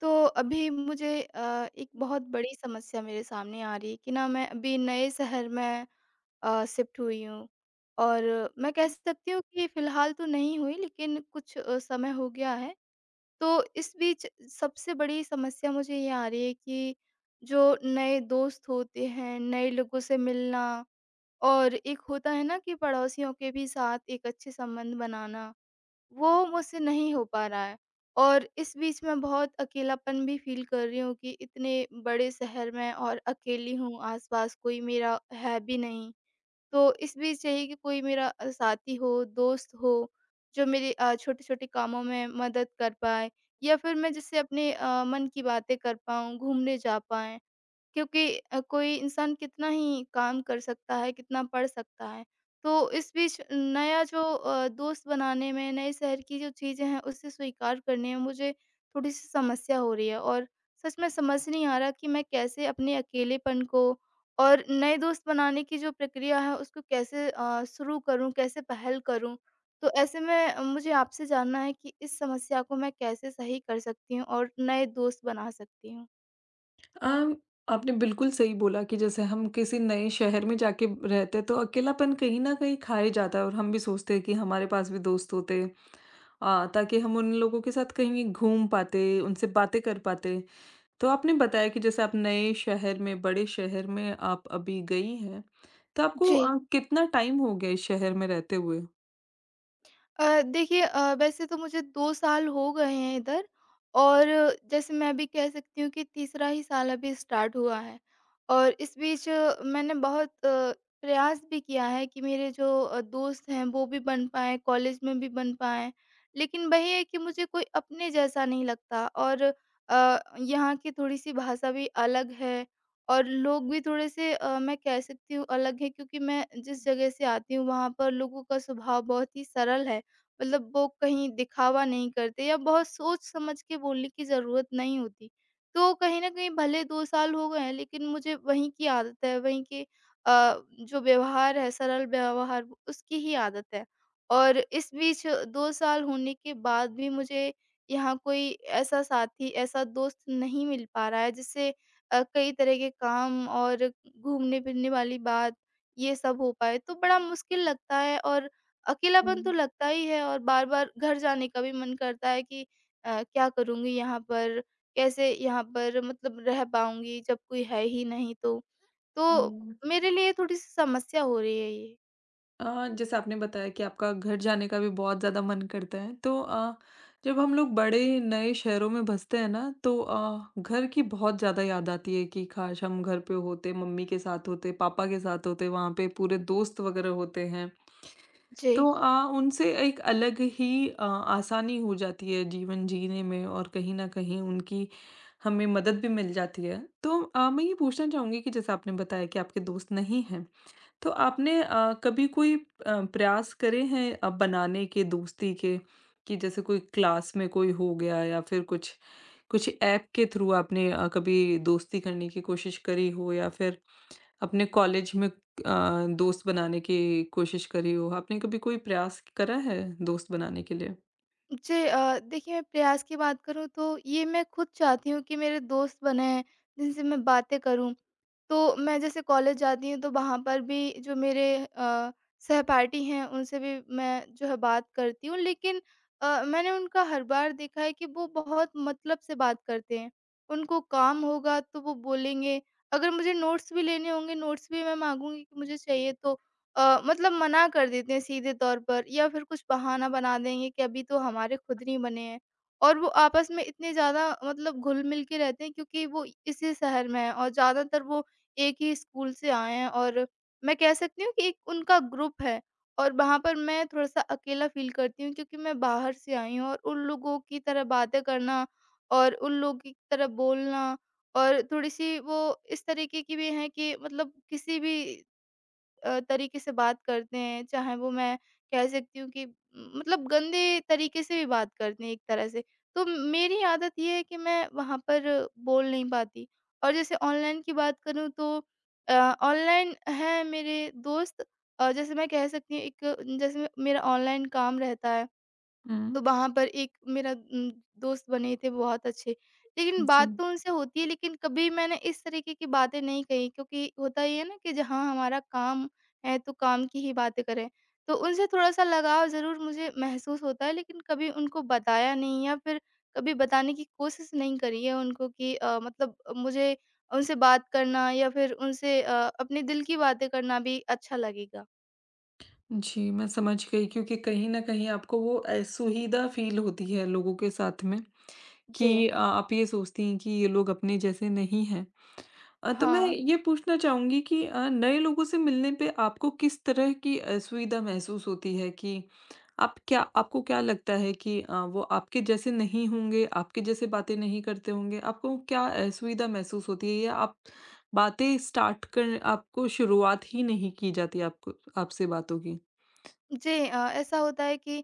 तो अभी मुझे एक बहुत बड़ी समस्या मेरे सामने आ रही है कि ना मैं अभी नए शहर में शिफ्ट हुई हूँ और मैं कह सकती हूँ कि फ़िलहाल तो नहीं हुई लेकिन कुछ समय हो गया है। तो इस बीच सबसे बड़ी समस्या मुझे ये आ रही है कि जो नए दोस्त होते हैं, नए लोगों से मिलना और एक होता है ना कि पड़ोसियों के भी साथ एक अच्छे संबंध बनाना। वो मुझसे नहीं हो पा रहा है और इस बीच मैं बहुत अकेलापन भी फ़ील कर रही हूँ कि इतने बड़े शहर में और अकेली हूँ, आस-पास कोई मेरा है भी नहीं। तो इस बीच चाहिए कि कोई मेरा साथी हो, दोस्त हो, जो मेरे छोटे-छोटे कामों में मदद कर पाए या फिर मैं जिससे अपने मन की बातें कर पाऊँ, घूमने जा पाएँ। क्योंकि कोई इंसान कितना ही काम कर सकता है, कितना पढ़ सकता है। तो इस बीच नया जो दोस्त बनाने में, नए शहर की जो चीज़ें हैं, उसे स्वीकार करने में मुझे थोड़ी-सी समस्या हो रही है और सच में समझ नहीं आ रहा कि मैं कैसे अपने अकेलेपन को और नए दोस्त बनाने की जो प्रक्रिया है, उसको कैसे शुरू करूँ, कैसे पहल करूँ? तो ऐसे में मुझे आपसे जानना है कि इस समस्या को मैं कैसे सही कर सकती हूँ और नए दोस्त बना सकती हूँ? अम, आपने बिल्कुल सही बोला कि जैसे हम किसी नए शहर में जाके रहते तो अकेलापन कहीं ना कहीं खाए जाता है और हम भी सोचते हैं कि हमारे पास भी दोस्त होते ताकि हम उन लोगों के साथ कहीं घूम पाते उनसे बातें कर पाते। तो आपने बताया कि जैसे आप नए शहर में बड़े शहर में आप अभी गई हैं। तो आपको जी। कितना टाइम हो गया इस शहर में रहते हुए। देखिए वैसे तो मुझे 2 साल हो गए हैं इधर और जैसे मैं अभी कह सकती हूँ कि तीसरा ही साल अभी स्टार्ट हुआ है। और इस बीच मैंने बहुत प्रयास भी किया है कि मेरे जो दोस्त हैं वो भी बन पाएँ, कॉलेज में भी बन पाएँ। लेकिन वही है कि मुझे कोई अपने जैसा नहीं लगता और यहाँ की थोड़ी-सी भाषा भी अलग है और लोग भी थोड़े-से मैं कह सकती हूँ अलग हैं क्योंकि मैं जिस जगह से आती हूँ वहाँ पर लोगों का स्वभाव बहुत ही सरल है। मतलब वो कहीं दिखावा नहीं करते या बहुत सोच समझ के बोलने की ज़रूरत नहीं होती। तो कहीं न कहीं भले 2 साल हो गए हैं लेकिन मुझे वहीं की आदत है, वहीं के जो व्यवहार है, सरल व्यवहार उसकी ही आदत है। और इस बीच 2 साल होने के बाद भी मुझे यहाँ कोई ऐसा साथी, ऐसा दोस्त नहीं मिल पा रहा है जिससे कई तरह के काम और घूमने-फिरने वाली बात ये सब हो पाए, तो बड़ा मुश्किल लगता है और अकेलापन तो हम्म। लगता ही है और बार-बार घर जाने का भी मन करता है कि क्या करूँगी यहाँ पर? कैसे यहाँ पर मतलब रह पाऊँगी जब कोई है ही नहीं तो? तो हम्म। मेरे लिए थोड़ी-सी समस्या हो रही है ये। जैसे आपने बताया कि आपका घर जाने का भी बहुत ज़्यादा मन करता है, तो जब हम लोग बड़े नए शहरों में बसते हैं ना, तो घर की बहुत ज़्यादा याद आती है कि काश हम घर पे होते, मम्मी के साथ होते, पापा के साथ होते, वहाँ पे पूरे दोस्त वगैरह होते हैं। जी। तो उनसे एक अलग ही आसानी हो जाती है जीवन जीने में और कहीं न कहीं उनकी हमें मदद भी मिल जाती है। तो मैं ये पूछना चाहूँगी कि जैसे आपने बताया कि आपके दोस्त नहीं हैं। तो आपने कभी कोई प्रयास करे हैं बनाने के दोस्ती के कि जैसे कोई क्लास में कोई हो गया या फिर कुछ कुछ ऐप के थ्रू आपने कभी दोस्ती करने की कोशिश करी हो या फिर अपने कॉलेज में दोस्त बनाने की कोशिश करी हो, आपने कभी कोई प्रयास करा है दोस्त बनाने के लिए? जी देखिए मैं प्रयास की बात करूँ तो ये मैं खुद चाहती हूँ कि मेरे दोस्त बनें, जिनसे मैं बातें करूँ। तो मैं जैसे कॉलेज जाती हूँ तो वहाँ पर भी जो मेरे अ, सहपाठी हैं उनसे भी मैं जो है बात करती हूँ लेकिन मैंने उनका हर बार देखा है कि वो बहुत मतलब से बात करते हैं। उनको काम होगा तो वो बोलेंगे, अगर मुझे नोट्स भी लेने होंगे नोट्स भी मैं माँगूँगी कि मुझे चाहिए तो मतलब मना कर देते हैं सीधे तौर पर या फिर कुछ बहाना बना देंगे कि अभी तो हमारे खुद नहीं बने हैं। और वो आपस में इतने ज़्यादा मतलब घुल-मिल के रहते हैं क्योंकि वो इसी शहर में हैं और ज़्यादातर वो एक ही स्कूल से आए हैं और मैं कह सकती हूँ कि एक उनका ग्रुप है और वहाँ पर मैं थोड़ा-सा अकेला फ़ील करती हूँ क्योंकि मैं बाहर से आई हूँ और उन लोगों की तरह बातें करना और उन लोगों की तरह बोलना और थोड़ी-सी वो इस तरीके की भी हैं कि मतलब किसी भी तरीके से बात करते हैं, चाहे वो मैं कह सकती हूँ कि मतलब गंदे तरीके से भी बात करते हैं एक तरह से। तो मेरी आदत ये है कि मैं वहाँ पर बोल नहीं पाती और जैसे ऑनलाइन की बात करूँ तो अ, ऑनलाइन हैं मेरे दोस्त जैसे मैं कह सकती हूँ एक जैसे मेरा ऑनलाइन काम रहता है। हुँ। तो वहाँ पर एक मेरा दोस्त बने थे बहुत अच्छे। लेकिन जी। बात तो उनसे होती है लेकिन कभी मैंने इस तरीके की बातें नहीं कही क्योंकि होता ये है ना कि जहाँ हमारा काम है तो काम की ही बातें करें। तो उनसे थोड़ा-सा लगाव ज़रूर मुझे महसूस होता है लेकिन कभी उनको बताया नहीं या फिर कभी बताने की कोशिश नहीं करी है उनको कि मतलब मुझे उनसे बात करना या फिर उनसे अपने दिल की बातें करना भी अच्छा लगेगा। जी, मैं समझ गई क्योंकि कहीं न कहीं आपको वो असुविधा फ़ील होती है लोगों के साथ में। जी। कि आप ये सोचती हैं कि ये लोग अपने जैसे नहीं हैं। तो मैं हाँ। ये पूछना चाहूँगी कि नए लोगों से मिलने पे आपको किस तरह की असुविधा महसूस होती है कि आप क्या, आपको क्या लगता है कि वो आपके जैसे नहीं होंगे, आपके जैसे बातें नहीं करते होंगे? आपको क्या असुविधा महसूस होती है या आप बातें स्टार्ट कर, आपको शुरुआत ही नहीं की जाती आपको आपसे बातों की? जी ऐसा होता है कि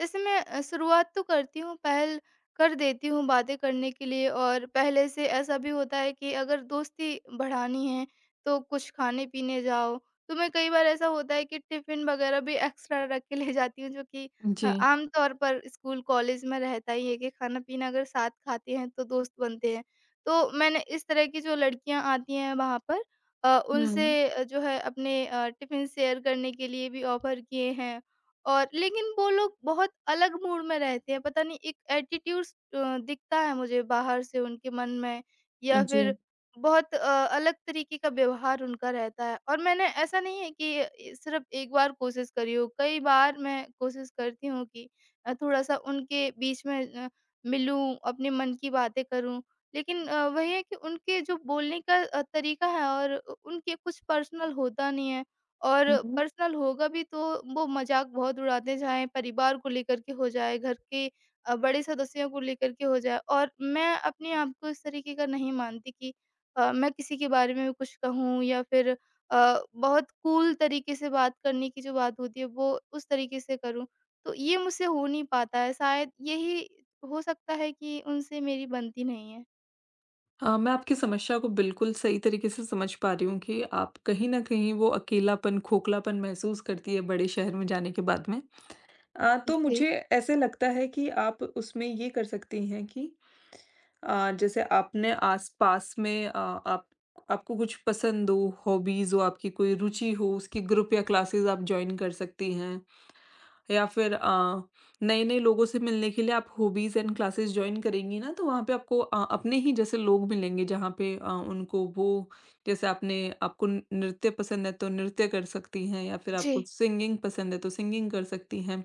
जैसे मैं शुरुआत तो करती हूँ, पहल कर देती हूँ बातें करने के लिए और पहले से ऐसा भी होता है कि अगर दोस्ती बढ़ानी है, तो कुछ खाने-पीने जाओ। तो मैं कई बार ऐसा होता है कि टिफ़िन वग़ैरह भी एक्स्ट्रा रख के ले जाती हूँ, जो कि जी। आम तौर पर स्कूल, कॉलेज में रहता ही है कि खाना-पीना अगर साथ खाते हैं, तो दोस्त बनते हैं। तो मैंने इस तरह की जो लड़कियाँ आती हैं वहाँ पर हुँ। उनसे जो है अपने टिफ़िन शेयर करने के लिए भी ऑफ़र किए हैं और लेकिन वो लोग बहुत अलग मूड में रहते हैं, पता नहीं एक एटीट्यूड्स दिखता है मुझे बाहर से उनके मन में या फिर जी। बहुत अलग तरीके का व्यवहार उनका रहता है और मैंने ऐसा नहीं है कि सिर्फ़ एक बार कोशिश करी हो, कई बार मैं कोशिश करती हूँ कि थोड़ा-सा उनके बीच में मिलूँ, अपने मन की बातें करूँ। लेकिन वही है कि उनके जो बोलने का तरीका है और उ उनके कुछ पर्सनल होता नहीं है और हुँ। पर्सनल होगा भी तो वो मज़ाक बहुत उड़ाते हैं, चाहे परिवार को लेकर के हो जाए, घर के बड़े सदस्यों को लेकर के हो जाए और मैं अपने आप को इस तरीके का नहीं मानती कि मैं किसी के बारे में भी कुछ कहूँ या फिर बहुत कूल तरीके से बात करने की जो बात होती है, वो उस तरीके से करूँ। तो ये मुझसे हो नहीं पाता है, शायद यही हो सकता है कि उनसे मेरी बनती नहीं है। मैं आपकी समस्या को बिल्कुल सही तरीके से समझ पा रही हूँ कि आप कहीं न कहीं वो अकेलापन, खोखलापन महसूस करती है बड़े शहर में जाने के बाद में। तो जी, मुझे ऐसे लगता है कि आप उसमें ये कर सकती हैं कि जैसे आपने आस-पास में अ, आप आपको कुछ पसंद हो, हॉबीज़ हो, आपकी कोई रुचि हो, उसकी ग्रुप या क्लासेस आप जॉइन कर सकती हैं। या फिर नए-नए लोगों से मिलने के लिए आप हॉबीज़ एंड क्लासेस जॉइन करेंगी ना, तो वहाँ पे आपको अपने ही जैसे लोग मिलेंगे जहाँ पे उनको वो जैसे आपने आपको न नृत्य पसंद है तो नृत्य कर सकती हैं या फिर जी, आपको सिंगिंग पसंद है तो सिंगिंग कर सकती हैं।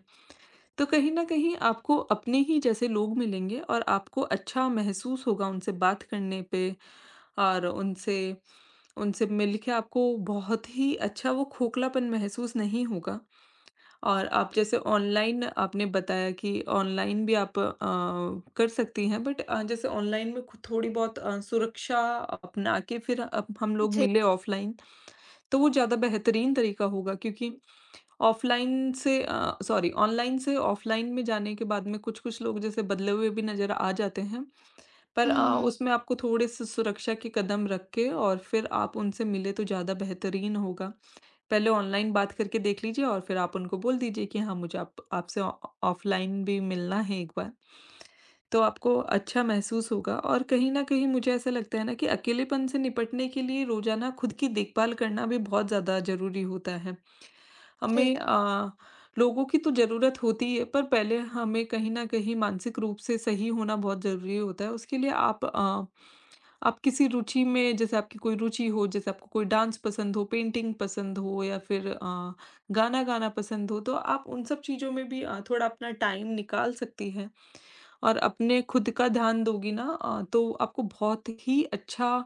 तो कहीं न कहीं आपको अपने ही जैसे लोग मिलेंगे और आपको अच्छा महसूस होगा उनसे बात करने पे और उनसे उनसे मिल के आपको बहुत ही अच्छा, वो खोखलापन महसूस नहीं होगा। और आप जैसे ऑनलाइन आपने बताया कि ऑनलाइन भी आप कर सकती हैं बट जैसे ऑनलाइन में खुद थोड़ी बहुत सुरक्षा अपना के फिर अब हम लोग जी। मिले ऑफलाइन तो वो ज़्यादा बेहतरीन तरीका होगा क्योंकि ऑफलाइन से, सॉरी, ऑनलाइन से ऑफलाइन में जाने के बाद में कुछ कुछ लोग जैसे बदले हुए भी नज़र आ जाते हैं, पर हुँ, उसमें आपको थोड़े से सुरक्षा के कदम रख के और फिर आप उनसे मिले तो ज़्यादा बेहतरीन होगा। पहले ऑनलाइन बात करके देख लीजिए और फिर आप उनको बोल दीजिए कि हाँ, मुझे आप आपसे ऑफलाइन भी मिलना है एक बार। तो आपको अच्छा महसूस होगा और कहीं ना कहीं मुझे ऐसा लगता है ना कि अकेलेपन से निपटने के लिए रोजाना खुद की देखभाल करना भी बहुत ज्यादा जरूरी होता है। जी, हमें लोगों की तो ज़रूरत होती है, पर पहले हमें कहीं न कहीं मानसिक रूप से सही होना बहुत ज़रूरी होता है। उसके लिए आप किसी रुचि में, जैसे आपकी कोई रुचि हो, जैसे आपको कोई डांस पसंद हो, पेंटिंग पसंद हो या फिर गाना गाना पसंद हो, तो आप उन सब चीज़ों में भी थोड़ा अपना टाइम निकाल सकती हैं। और अपने खुद का ध्यान दोगी ना तो आपको बहुत ही अच्छा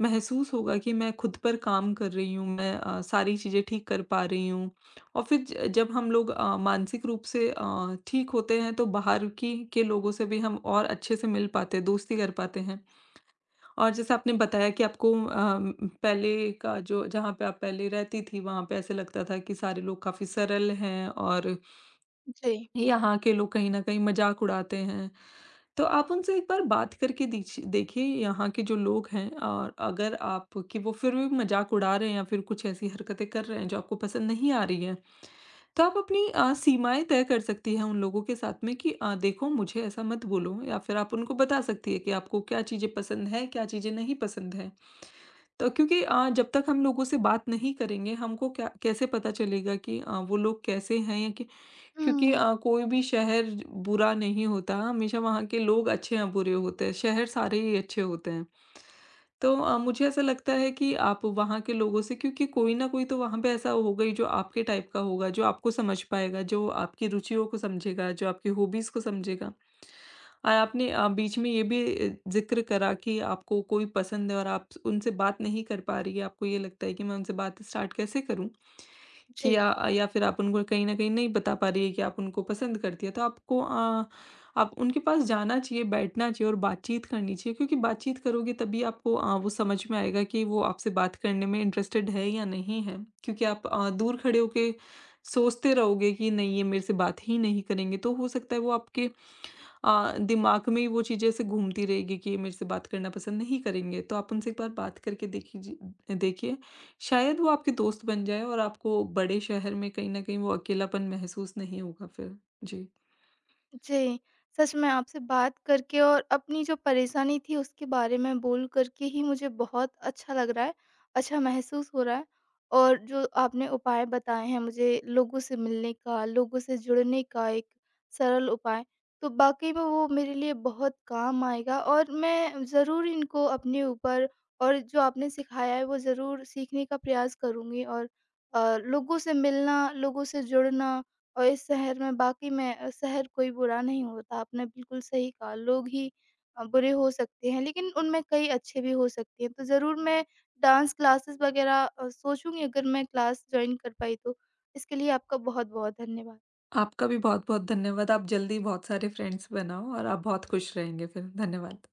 महसूस होगा कि मैं खुद पर काम कर रही हूँ, मैं सारी चीज़ें ठीक कर पा रही हूँ। और फिर ज जब हम लोग मानसिक रूप से ठीक होते हैं तो बाहर की के लोगों से भी हम और अच्छे से मिल पाते हैं, दोस्ती कर पाते हैं। और जैसे आपने बताया कि आपको पहले का जो, जहाँ पे आप पहले रहती थी, वहाँ पे ऐसे लगता था कि सारे लोग काफ़ी सरल हैं और जी। यहाँ के लोग कहीं न कहीं मज़ाक उड़ाते हैं। तो आप उनसे एक बार बात करके दीछि देखिए यहाँ के जो लोग हैं, और अगर आप कि वो फिर भी मज़ाक उड़ा रहे हैं या फिर कुछ ऐसी हरकतें कर रहे हैं जो आपको पसंद नहीं आ रही हैं, तो आप अपनी सीमाएँ तय कर सकती हैं उन लोगों के साथ में कि देखो मुझे ऐसा मत बोलो, या फिर आप उनको बता सकती है कि आपको क्या चीज़ें पसंद हैं, क्या चीज़ें नहीं पसंद हैं। तो क्योंकि जब तक हम लोगों से बात नहीं करेंगे, हमको क्या, कैसे पता चलेगा कि वो लोग कैसे हैं या कि क्योंकि हुँ, कोई भी शहर बुरा नहीं होता, हमेशा वहाँ के लोग अच्छे या बुरे होते हैं, शहर सारे ही अच्छे होते हैं। तो मुझे ऐसा लगता है कि आप वहाँ के लोगों से, क्योंकि कोई ना कोई तो वहाँ पे ऐसा होगा ही जो आपके टाइप का होगा, जो आपको समझ पाएगा, जो आपकी रुचियों को समझेगा, जो आपकी हॉबीज़ को समझेगा। और आपने बीच में ये भी ज़िक्र करा कि आपको कोई पसंद है और आप उनसे बात नहीं कर पा रही है, आपको ये लगता है कि मैं उनसे बात स्टार्ट कैसे करूँ? कि जी। या फिर आप उनको कहीं न कहीं नहीं बता पा रही है कि आप उनको पसंद करती है। तो आपको आप उनके पास जाना चाहिए, बैठना चाहिए और बातचीत करनी चाहिए क्योंकि बातचीत करोगे तभी आपको वो समझ में आएगा कि वो आपसे बात करने में इंटरेस्टेड है या नहीं है। क्योंकि आप दूर खड़े होके सोचते रहोगे कि नहीं ये मेरे से बात ही नहीं करेंगे, तो हो सकता है वो आपके दिमाग में ही वो चीज़ें ऐसे घूमती रहेगी कि ये मेरे से बात करना पसंद नहीं करेंगे। तो आप उनसे एक बार बात करके देखीजिए देखिए, शायद वो आपके दोस्त बन जाएँ और आपको बड़े शहर में कहीं न कहीं वो अकेलापन महसूस नहीं होगा फिर। जी। जी, सच में आपसे बात करके और अपनी जो परेशानी थी उसके बारे में बोल कर के ही मुझे बहुत अच्छा लग रहा है, अच्छा महसूस हो रहा है। और जो आपने उपाय बताए हैं मुझे लोगों से मिलने का, लोगों से जुड़ने का एक सरल उपाय, तो वाक़ई में वो मेरे लिए बहुत काम आएगा और मैं ज़रूर इनको अपने ऊपर और जो आपने सिखाया है वो ज़रूर सीखने का प्रयास करूँगी और लोगों से मिलना, लोगों से जुड़ना और इस शहर में वाक़ई में शहर कोई बुरा नहीं होता, आपने बिल्कुल सही कहा, लोग ही बुरे हो सकते हैं, लेकिन उनमें कई अच्छे भी हो सकते हैं। तो ज़रूर मैं डांस क्लासेस वग़ैरह सोचूँगी अगर मैं क्लास जॉइन कर पाई तो। इसके लिए आपका बहुत-बहुत धन्यवाद। आपका भी बहुत-बहुत धन्यवाद। आप जल्दी बहुत सारे फ्रेंड्स बनाओ और आप बहुत खुश रहेंगे फिर। धन्यवाद।